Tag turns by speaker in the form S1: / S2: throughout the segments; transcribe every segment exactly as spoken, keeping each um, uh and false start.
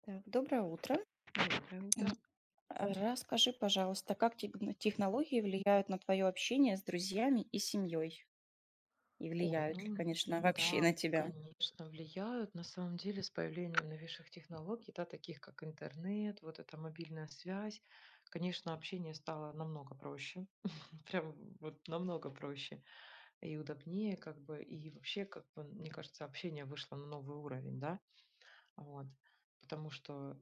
S1: Так, доброе утро.
S2: Доброе утро.
S1: Мгм. Расскажи, пожалуйста, как те- на технологии влияют на твое общение с друзьями и семьей? И
S2: Ой,
S1: влияют ли,
S2: ну
S1: конечно, вообще
S2: да,
S1: на тебя?
S2: конечно, влияют. На самом деле, с появлением новейших технологий, да, таких как интернет, вот эта мобильная связь, конечно, общение стало намного проще, прям вот намного проще и удобнее, как бы, и вообще, как бы, мне кажется, общение вышло на новый уровень, да, вот, потому что,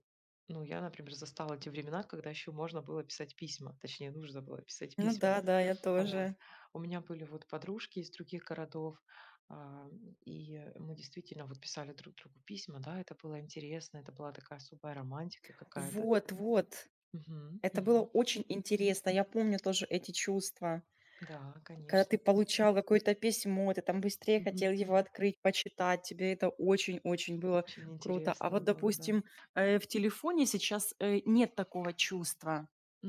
S2: ну, я, например, застала те времена, когда еще можно было писать письма, точнее, нужно было писать
S1: Ну
S2: письма.
S1: да, да, я
S2: Вот.
S1: тоже.
S2: У меня были вот подружки из других городов, а, и мы действительно вот писали друг другу письма, да, это было интересно, это была такая особая романтика какая-то.
S1: Вот, вот.
S2: Мгм,
S1: Это было
S2: мгм.
S1: очень интересно. Я помню тоже эти чувства.
S2: Да,
S1: Когда ты
S2: конечно.
S1: получал какое-то письмо, ты там быстрее
S2: Мгм,
S1: хотел его
S2: мгм.
S1: открыть, почитать, тебе это очень-очень было
S2: Очень
S1: круто. А
S2: интересно
S1: вот,
S2: было, да.
S1: допустим, э, в телефоне сейчас э, нет такого чувства.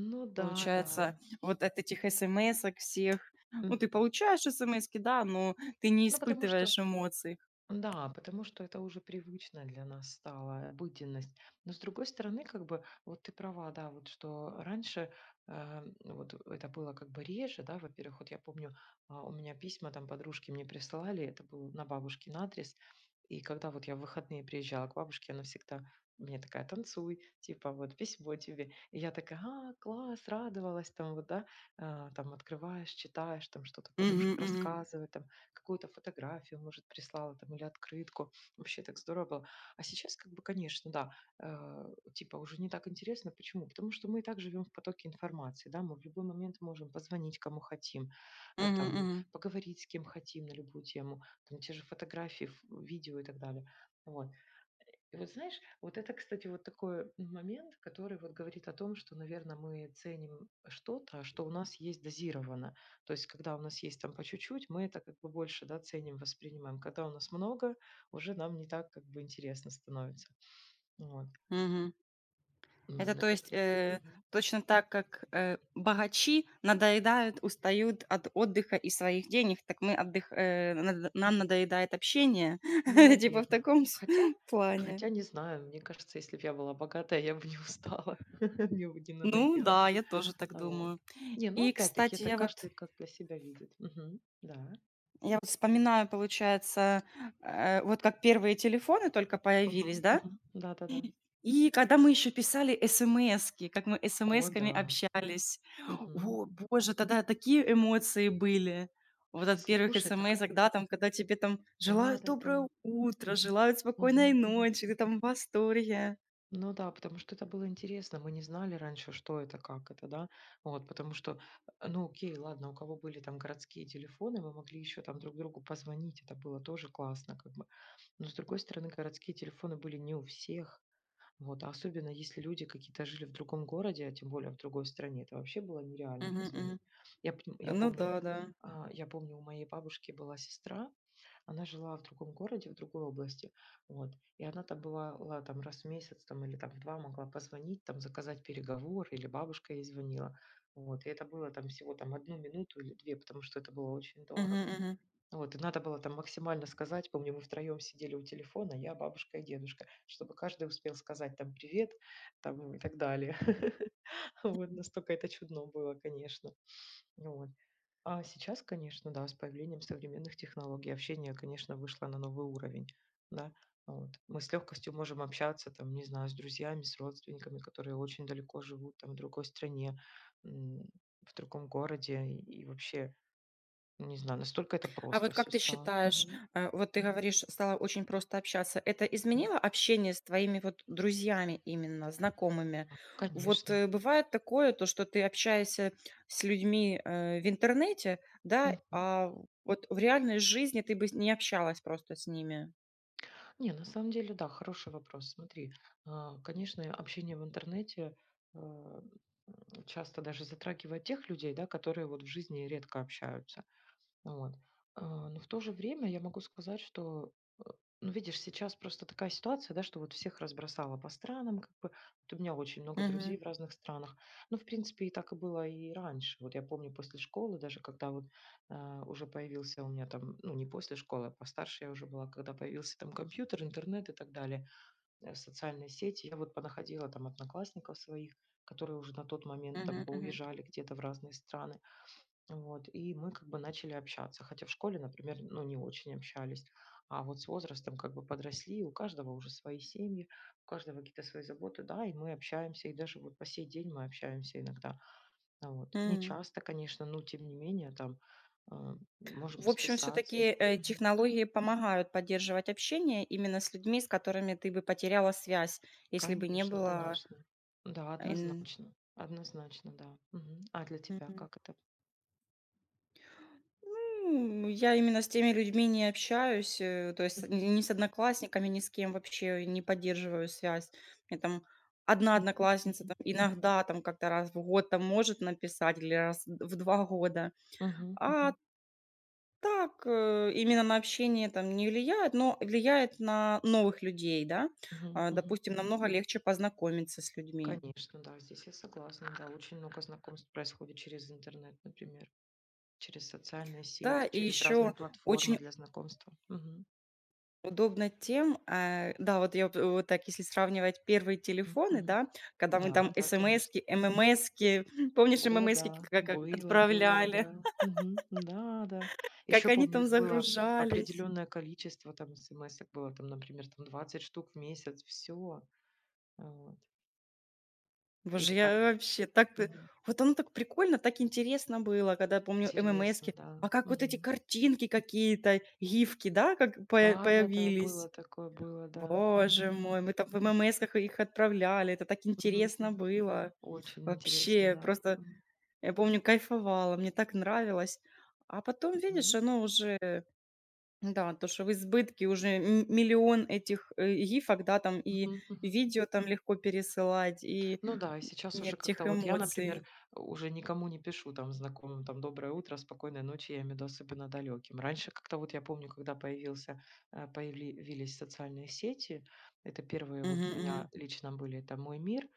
S2: Ну да, да.
S1: Получается, вот от этих смсок всех, ну, ты
S2: Мгм.
S1: получаешь смски, да, но ты не
S2: Ну потому что.
S1: испытываешь эмоций.
S2: Да, потому что это уже привычно для нас стало, обыденность. Но с другой стороны, как бы, вот ты права, да, вот что раньше э, вот это было как бы реже, да, во-первых, вот я помню, а, у меня письма там подружки мне присылали, это был на бабушкин адрес, и когда вот я в выходные приезжала к бабушке, она всегда мне такая, танцуй, типа, вот, письмо тебе. И я такая, а, класс, радовалась, там, вот, да, а, там, открываешь, читаешь, там, что-то
S1: Мгм,
S2: подружка
S1: мгм.
S2: рассказывает, там, какую-то фотографию, может, прислала там или открытку. Вообще так здорово было. А сейчас, как бы, конечно, да, э, типа уже не так интересно. Почему? Потому что мы и так живем в потоке информации, да, мы в любой момент можем позвонить кому хотим, э,
S1: Мгм,
S2: там,
S1: мгм.
S2: поговорить с кем хотим на любую тему, там, те же фотографии, ф- видео и так далее. Вот. И вот знаешь, вот это, кстати, вот такой момент, который вот говорит о том, что, наверное, мы ценим что-то, что у нас есть дозировано. То есть, когда у нас есть там по чуть-чуть, мы это как бы больше, да, ценим, воспринимаем. Когда у нас много, уже нам не так как бы интересно становится. Вот.
S1: Мгм. Это то есть,
S2: Наверное.
S1: э, точно так, как, э, богачи надоедают, устают от отдыха и своих денег, так мы отдых э, нада нам надоедает общение,
S2: Ну,
S1: типа в
S2: наверное.
S1: таком с
S2: Хотя,
S1: плане.
S2: хотя не знаю, мне кажется, если бы я была богатая, я бы не устала, мне бы не
S1: Ну
S2: надоело.
S1: да, я тоже так
S2: А вот.
S1: думаю.
S2: Не, ну
S1: И,
S2: опять-таки
S1: кстати,
S2: это
S1: я вот
S2: каждый как для себя видит. Мгм. Да.
S1: Я вот вспоминаю, получается, э, вот как первые телефоны только появились,
S2: Мгм,
S1: да,
S2: мгм. Да-да-да.
S1: и когда мы еще писали смски, как мы
S2: О
S1: смсками
S2: да.
S1: общались.
S2: Мгм.
S1: О, боже, тогда такие эмоции были. Вот от первых
S2: Слушай, так их.
S1: смсок, да, там, когда тебе там желают
S2: Да-да-да.
S1: доброе утро, желают спокойной
S2: Мгм, мгм.
S1: ночи, ты там в восторге.
S2: Ну да, потому что это было интересно. Мы не знали раньше, что это, как это, да. Вот, потому что, э, ну окей, ладно, у кого были там городские телефоны, мы могли еще там друг другу позвонить, это было тоже классно как бы. Но, с другой стороны, городские телефоны были не у всех. Вот, а особенно если люди какие-то жили в другом городе, а тем более в другой стране, это вообще было нереально
S1: Мгм, мгм.
S2: позвонить. Я, пню- я
S1: Ну да,
S2: помню,
S1: да.
S2: а, я помню, у моей бабушки была сестра, она жила в другом городе, в другой области, вот, и она там бывала там раз в месяц там или там в два могла позвонить, там заказать переговор, или бабушка ей звонила, вот, и это было там всего там одну минуту или две, потому что это было очень дорого.
S1: Мгм, мгм.
S2: Вот, и надо было там максимально сказать. Помню, мы втроем сидели у телефона, я, бабушка и дедушка, чтобы каждый успел сказать там привет, там и так далее. Вот, настолько это чудно было, конечно. Вот. А сейчас, конечно, да, с появлением современных технологий общение, конечно, вышло на новый уровень, да. Вот. Мы с легкостью можем общаться, там, не знаю, с друзьями, с родственниками, которые очень далеко живут, там, в другой стране, м, в другом городе и и вообще не знаю, настолько это
S1: А
S2: просто
S1: вот как
S2: все
S1: ты
S2: стало.
S1: считаешь,
S2: Мгм.
S1: э, вот ты говоришь, стало очень просто общаться. Это
S2: М,
S1: изменило общение с твоими вот друзьями именно, знакомыми?
S2: а,
S1: Вот
S2: конечно.
S1: э, бывает такое, то, что ты общаешься с людьми э, в интернете, да,
S2: Мгм.
S1: а вот в реальной жизни ты бы не общалась просто с ними.
S2: Не, на самом деле, да, хороший вопрос. Смотри, а, конечно, общение в интернете, а, м, часто даже затрагивает тех людей, да, которые вот в жизни редко общаются. Вот. А, но в то же время я могу сказать, что, э, ну, видишь, сейчас просто такая ситуация, да, что вот всех разбросала по странам, как бы. Вот у меня очень много
S1: Мгм.
S2: друзей в разных странах. Ну, в принципе, и так и было и раньше. Вот я помню после школы, даже когда вот а, уже появился у меня там, ну, не после школы, а постарше я уже была, когда появился там компьютер, интернет и так далее, э, социальные сети, я вот понаходила там одноклассников своих, которые уже на тот момент там
S1: Мгм. Мгм.
S2: поуезжали где-то в разные страны. Вот, и мы как бы начали общаться. Хотя в школе, например, ну, не очень общались. А вот с возрастом как бы подросли, у каждого уже свои семьи, у каждого какие-то свои заботы, да, и мы общаемся, и даже вот по сей день мы общаемся иногда. А вот. Не
S1: М.
S2: часто, конечно, но тем не менее там а, можем
S1: В общем,
S2: списаться.
S1: все-таки
S2: Мгм.
S1: технологии помогают поддерживать общение именно с людьми, с которыми ты бы потеряла связь, если бы не
S2: Конечно,
S1: было...
S2: конечно. Да,
S1: ин-
S2: однозначно. Однозначно, да. Мгм. А для тебя
S1: Мгм.
S2: как это?
S1: Ну, я именно с теми людьми не общаюсь, э, то есть ни
S2: Мгм.
S1: ни с одноклассниками, ни с кем вообще не поддерживаю связь. Мне там одна
S2: Мгм.
S1: одноклассница
S2: Мгм.
S1: там иногда там как-то раз в год там может написать или раз в два года.
S2: Мгм.
S1: А так, э, именно на общение там не влияет, но влияет на новых людей, да.
S2: Мгм.
S1: А,
S2: Мгм.
S1: допустим, намного легче познакомиться с людьми.
S2: Конечно, да, здесь я согласна. Да, очень много знакомств происходит через интернет, например, через социальные
S1: Да,
S2: сети,
S1: и
S2: через разные
S1: еще
S2: платформы
S1: очень
S2: для знакомства. Мгм.
S1: удобно тем, э, да, вот я, п вот так, если сравнивать первые
S2: М,
S1: телефоны,
S2: мгм.
S1: да, когда мы
S2: Да,
S1: там
S2: да, конечно.
S1: смски, ммски, помнишь,
S2: О,
S1: ммски
S2: да,
S1: как как
S2: было, было,
S1: отправляли,
S2: да. Мгм. Да, да.
S1: как
S2: Еще
S1: они
S2: помню,
S1: там
S2: их было
S1: загружались.
S2: определенное количество, там смс было, там, например, там двадцать штук в месяц, все. Вот.
S1: Боже,
S2: Или там
S1: я вообще так п
S2: мгм.
S1: Вот оно так прикольно, так интересно было, когда помню
S2: Интересно,
S1: ммски.
S2: да.
S1: А как вот эти
S2: Мгм.
S1: картинки какие-то, гифки, да, как поя
S2: Да, да, да,
S1: появились.
S2: было такое, было, да.
S1: Боже
S2: Мгм.
S1: мой, мы
S2: Мгм.
S1: там в ммсках их отправляли, это так
S2: Мгм.
S1: интересно
S2: Мгм.
S1: было.
S2: Очень интересно,
S1: Вообще
S2: да.
S1: просто
S2: М,
S1: я помню, кайфовала, мне так нравилось. А потом, видишь,
S2: мгм,
S1: оно уже, да, то, что в избытке уже м- миллион этих э, гифок, да, там и
S2: мгм, мгм.
S1: видео там легко пересылать, и
S2: Ну да, и сейчас уже
S1: нет тех
S2: как-то вот я,
S1: эмоций.
S2: например, уже никому не пишу там знакомым там доброе утро, спокойной ночи, я имею в виду особенно далеким. Раньше как-то вот я помню, когда появился, э, появились социальные сети, это первые
S1: Мгм,
S2: вот у
S1: мгм,
S2: меня лично были, это «Мой мир»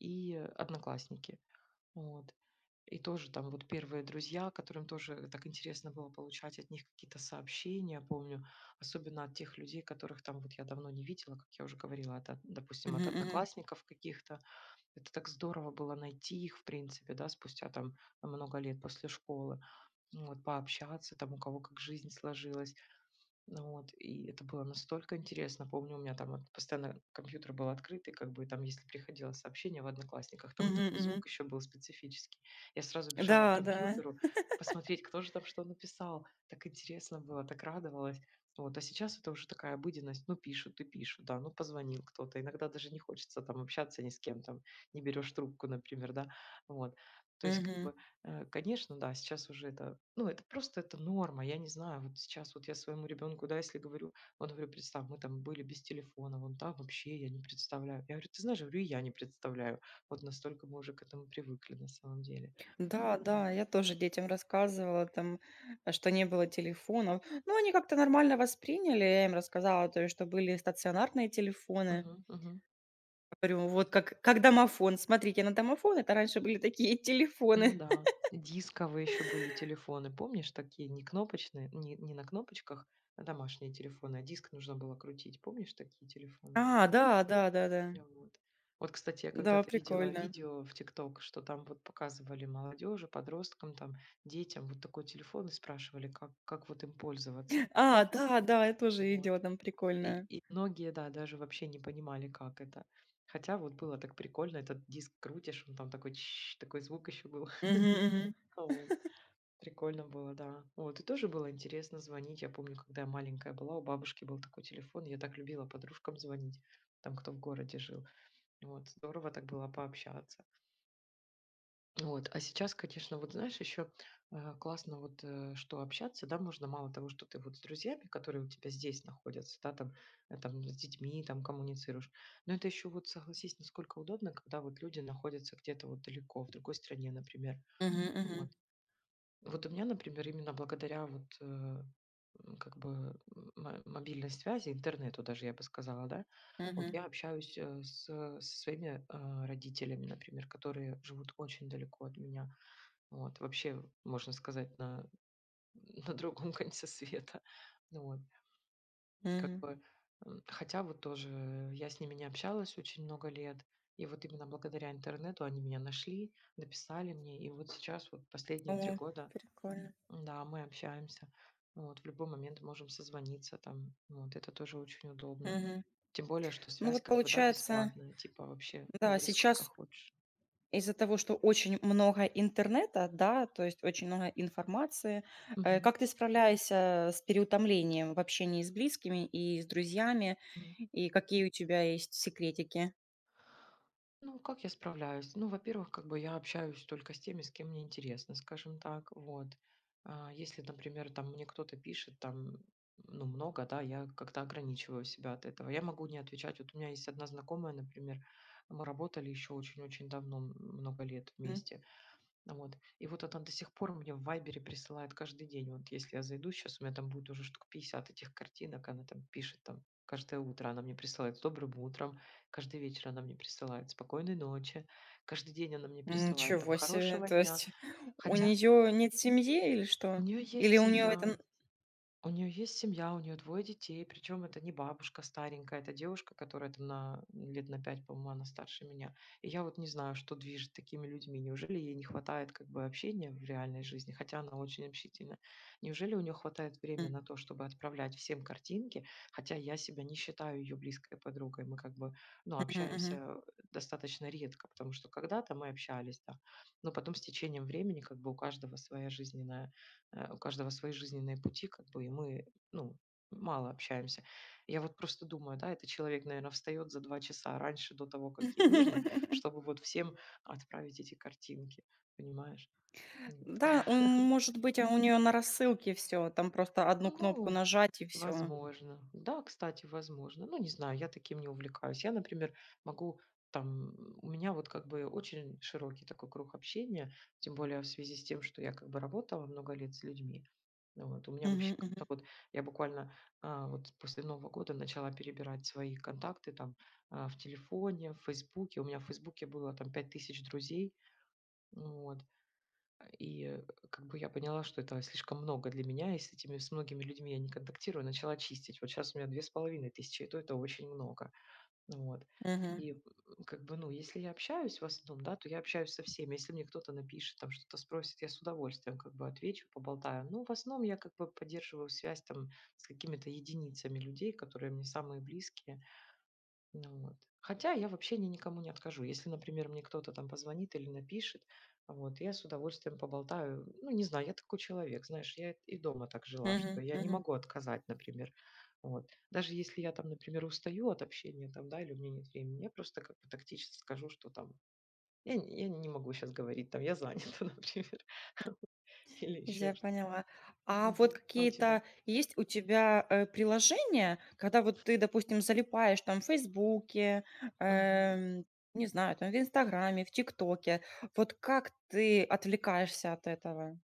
S2: и «Одноклассники». Вот. И тоже там вот первые друзья, которым тоже так интересно было получать от них какие-то сообщения, помню, особенно от тех людей, которых там вот я давно не видела, как я уже говорила, от, од- допустим,
S1: мгм,
S2: от
S1: мгм,
S2: одноклассников каких-то. Это так здорово было найти их, в принципе, да, спустя там много лет после школы. Ну, вот пообщаться там, у кого как жизнь сложилась. Ну вот, и это было настолько интересно. Помню, у меня там вот постоянно компьютер был открытый, как бы там, если приходило сообщение в "Одноклассниках", там вот такой
S1: мгм, мгм.
S2: звук еще был специфический. Я сразу бежала к
S1: Да, да.
S2: компьютеру посмотреть, кто же там что написал. Так интересно было, так радовалась. Вот, а сейчас это уже такая обыденность. Ну, пишут и пишут, да, ну, позвонил кто-то. Иногда даже не хочется там общаться ни с кем, там, не берешь трубку, например, да. Вот, то есть как
S1: Мгм.
S2: бы. Э, конечно, да, сейчас уже это, ну, это просто это норма. Я не знаю, вот сейчас вот я своему ребенку, да, если говорю, он говорю, представь, мы там были без телефона, он там вообще я не представляю. Я говорю, ты знаешь, говорю, и я не представляю. Вот настолько мы уже к этому привыкли на самом деле.
S1: Да, да,
S2: Вот.
S1: я тоже детям рассказывала, там, э, что не было телефонов. Ну, они как-то нормально восприняли. Я им рассказала, то есть, что были стационарные телефоны.
S2: Мгм, мгм.
S1: Говорю, вот как как домофон. Смотрите на домофон. Это раньше были такие
S2: Ну
S1: телефоны.
S2: да. Дисковые еще были телефоны, помнишь, такие не кнопочные, не, не на кнопочках, а домашние телефоны, а диск нужно было крутить. Помнишь такие телефоны?
S1: А, да, да, да-да. Да,
S2: Вот. Вот, кстати, я
S1: да,
S2: когда-то видела
S1: прикольно.
S2: видео в "Тикток", что там вот показывали молодежи, подросткам, там, детям вот такой телефон и спрашивали, как как вот им пользоваться.
S1: А, да, да, я тоже
S2: Вот.
S1: видела там
S2: И
S1: прикольное.
S2: и многие, да, даже вообще не понимали, как это. Хотя вот было так прикольно, этот диск крутишь, он там такой тш, такой звук еще был.
S1: Мгм, мгм.
S2: Вот. Прикольно было, да. Вот, и тоже было интересно звонить. Я помню, когда я маленькая была, у бабушки был такой телефон, я так любила подружкам звонить, там, кто в городе жил. Вот, здорово так было пообщаться. Вот, а сейчас, конечно, вот знаешь, еще э, классно вот, э, что общаться, да, можно мало того, что ты вот с друзьями, которые у тебя здесь находятся, да, там, э, там с детьми, там коммуницируешь, но это еще вот, согласись, насколько удобно, когда вот люди находятся где-то вот далеко, в другой стране, например,
S1: Мгм, мгм.
S2: вот. Вот у меня, например, именно благодаря вот э, м, как бы м- мо- мобильной связи, интернету даже, я бы сказала, да, вот
S1: Мгм,
S2: я общаюсь э, с, со своими э, родителями, например, которые живут очень далеко от меня, вот, вообще, можно сказать, на на другом конце света. Ну вот, как бы, м, хотя вот тоже я с ними не общалась очень много лет, и вот именно благодаря интернету они меня нашли, написали мне, и вот сейчас вот последние три
S1: о,
S2: года,
S1: прикольно.
S2: да, мы общаемся. Вот, в любой момент можем созвониться там, вот, это тоже очень удобно.
S1: Мгм.
S2: Тем более, что
S1: Ну
S2: связь
S1: вот
S2: как бы, да,
S1: получается,
S2: бесплатная, типа вообще
S1: да,
S2: говори сколько
S1: сейчас
S2: хочешь.
S1: из-за того, что очень много интернета, да, то есть очень много информации. Э,
S2: Мгм.
S1: как ты справляешься с переутомлением в общении с близкими и с друзьями? И какие у тебя есть секретики?
S2: Ну, как я справляюсь? Ну, во-первых, как бы я общаюсь только с теми, с кем мне интересно, скажем так, вот. А, Если, например, там мне кто-то пишет, там, ну, много, да, я как-то ограничиваю себя от этого. Я могу не отвечать. Вот у меня есть одна знакомая, например, мы работали еще очень-очень давно, м, много лет
S1: М.
S2: вместе. А вот. И вот это он до сих пор мне в "Вайбере" присылает каждый день. Вот если я зайду сейчас, у меня там будет уже штук пятьдесят этих картинок. Она там пишет там каждое утро, она мне присылает с добрым утром, каждый вечер она мне присылает спокойной ночи, каждый день она мне присылает там
S1: Ничего себе!
S2: хорошего
S1: То
S2: дня.
S1: есть у
S2: Хотя
S1: нее нет семьи или
S2: у
S1: что?
S2: нее есть
S1: Или у нее это
S2: семья,
S1: н
S2: у нее есть семья, у нее двое детей, причем это не бабушка старенькая, это девушка, которая там на лет на пять, по-моему, она старше меня. И я вот не знаю, что движет такими людьми. Неужели ей не хватает как бы общения в реальной жизни, хотя она очень общительна. Неужели у нее хватает времени
S1: М.
S2: на то, чтобы отправлять всем картинки, хотя я себя не считаю ее близкой подругой. Мы как бы, ну,
S1: Мгм,
S2: общаемся
S1: мгм.
S2: э, достаточно редко, потому что когда-то мы общались, да, но потом с течением времени как бы у каждого своя жизненная Э, у каждого свои жизненные пути, как бы, и мы, ну, мало общаемся. Я вот просто думаю, да, этот человек, наверное, встает за два часа раньше до того, как ей нужно, чтобы вот всем отправить эти картинки, понимаешь? М.
S1: Да, он может быть, а у нее на рассылке все. Там просто одну кнопку
S2: Ну,
S1: нажать и все.
S2: возможно. Да, кстати, возможно. Ну, не знаю, я таким не увлекаюсь. Я, например, могу там, у меня вот как бы очень широкий такой круг общения, тем более в связи с тем, что я как бы работала много лет с людьми. Ну вот. У меня
S1: Угу,
S2: вообще как-то
S1: угу,
S2: вот, я буквально а, вот после Нового года начала перебирать свои контакты там а, в телефоне, в Фейсбуке. У меня в Фейсбуке было там пять тысяч друзей. Вот. И, э, как бы я поняла, что это слишком много для меня, и с этими с многими людьми я не контактирую, начала чистить. Вот сейчас у меня две тысячи пятьсот, и то это очень много. Ну вот.
S1: угу,
S2: И, м, как бы, ну, если я общаюсь в основном, да, то я общаюсь со всеми. Если мне кто-то напишет, там что-то спросит, я с удовольствием как бы отвечу, поболтаю. Ну, в основном я как бы поддерживаю связь там с какими-то единицами людей, которые мне самые близкие. Ну вот. Хотя я в общении никому не откажу. Если, например, мне кто-то там позвонит или напишет, вот, я с удовольствием поболтаю. Ну, не знаю, я такой человек, знаешь, я и дома так жила, что я не
S1: угу.
S2: могу отказать, например. Вот. Даже если я там, например, устаю от общения, там, да, или у меня нет времени, я просто как бы тактически скажу, что там, я, не- я не могу сейчас говорить, там, я занята, например, или еще
S1: Я
S2: что-то.
S1: поняла. А вот
S2: Мгм. А у тебя?
S1: какие-то есть у тебя, э, приложения, когда вот ты, допустим, залипаешь там в "Фейсбуке",
S2: Мгм.
S1: эм, не знаю, там в "Инстаграме", в "ТикТоке". Вот как ты отвлекаешься от этого?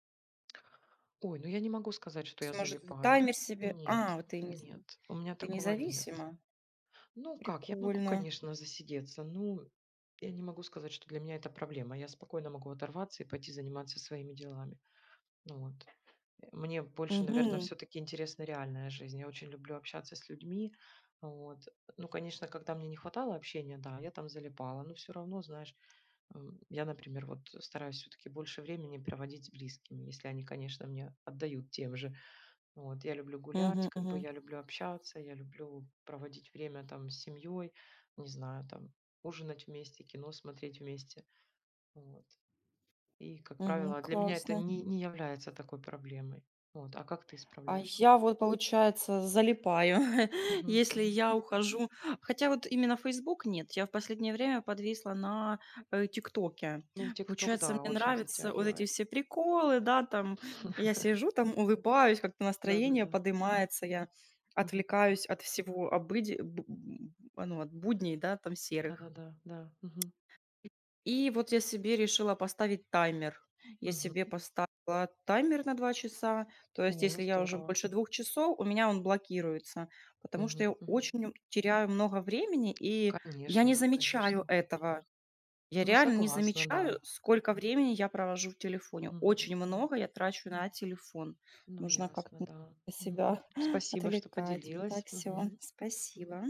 S2: Ой, ну я не могу сказать,
S1: То
S2: что
S1: есть,
S2: я
S1: может, ты
S2: залипаю.
S1: таймер себе... А,
S2: Нет,
S1: вот ты не,
S2: нет, у меня
S1: ты
S2: такого нет.
S1: независима?
S2: Ну как, я могу,
S1: Прикольно.
S2: конечно, засидеться, но я не могу сказать, что для меня это проблема. Я спокойно могу оторваться и пойти заниматься своими делами. Ну вот. Э, Мне больше, наверное,
S1: Угу,
S2: все-таки интересна реальная жизнь. Я очень люблю общаться с людьми. Вот. Ну, конечно, когда мне не хватало общения, да, я там залипала, но все равно, знаешь, м, я, например, вот стараюсь все-таки больше времени проводить с близкими, если они, конечно, мне отдают тем же. Вот, я люблю гулять,
S1: угу,
S2: как бы
S1: угу.
S2: я люблю общаться, я люблю проводить время там с семьей, не знаю, там ужинать вместе, кино смотреть вместе. Вот. И, как
S1: Мгм.
S2: правило, а для меня это
S1: Классно.
S2: не, не является такой проблемой. Вот. А как ты
S1: А
S2: справляешься?
S1: я вот, получается, залипаю,
S2: Мгм,
S1: если
S2: мгм.
S1: я ухожу. Хотя вот именно Facebook нет. Я в последнее время подвисла на, э, "Тиктоке".
S2: Ну, ТикТок,
S1: Получается,
S2: да,
S1: мне
S2: очень
S1: нравятся вот эти
S2: затягивает.
S1: все приколы, да, там. Я сижу там, улыбаюсь, как-то настроение
S2: Да-да-да.
S1: подымается, я
S2: Мгм.
S1: отвлекаюсь от всего обыди б б ну, от будней, да, там серых.
S2: Да-да-да, да. Да, да. Мгм.
S1: И вот я себе решила поставить таймер. Я
S2: Мгм.
S1: себе поставила таймер на два часа. То есть
S2: О,
S1: если я уже
S2: здорово.
S1: больше двух часов, у меня он блокируется, потому что
S2: Мгм,
S1: я
S2: мгм.
S1: очень м- теряю много времени, и я не
S2: Конечно,
S1: замечаю
S2: конечно.
S1: этого. Я
S2: Ну,
S1: реально не
S2: согласна, да.
S1: замечаю, сколько времени я провожу в телефоне.
S2: Мгм,
S1: Очень
S2: мгм.
S1: много я трачу на телефон.
S2: Ну,
S1: Нужно
S2: ясно,
S1: как-то
S2: да. Мгм.
S1: себя
S2: Спасибо, что
S1: отвлекать. Так,
S2: поделилась.
S1: все.
S2: Мгм.
S1: Спасибо.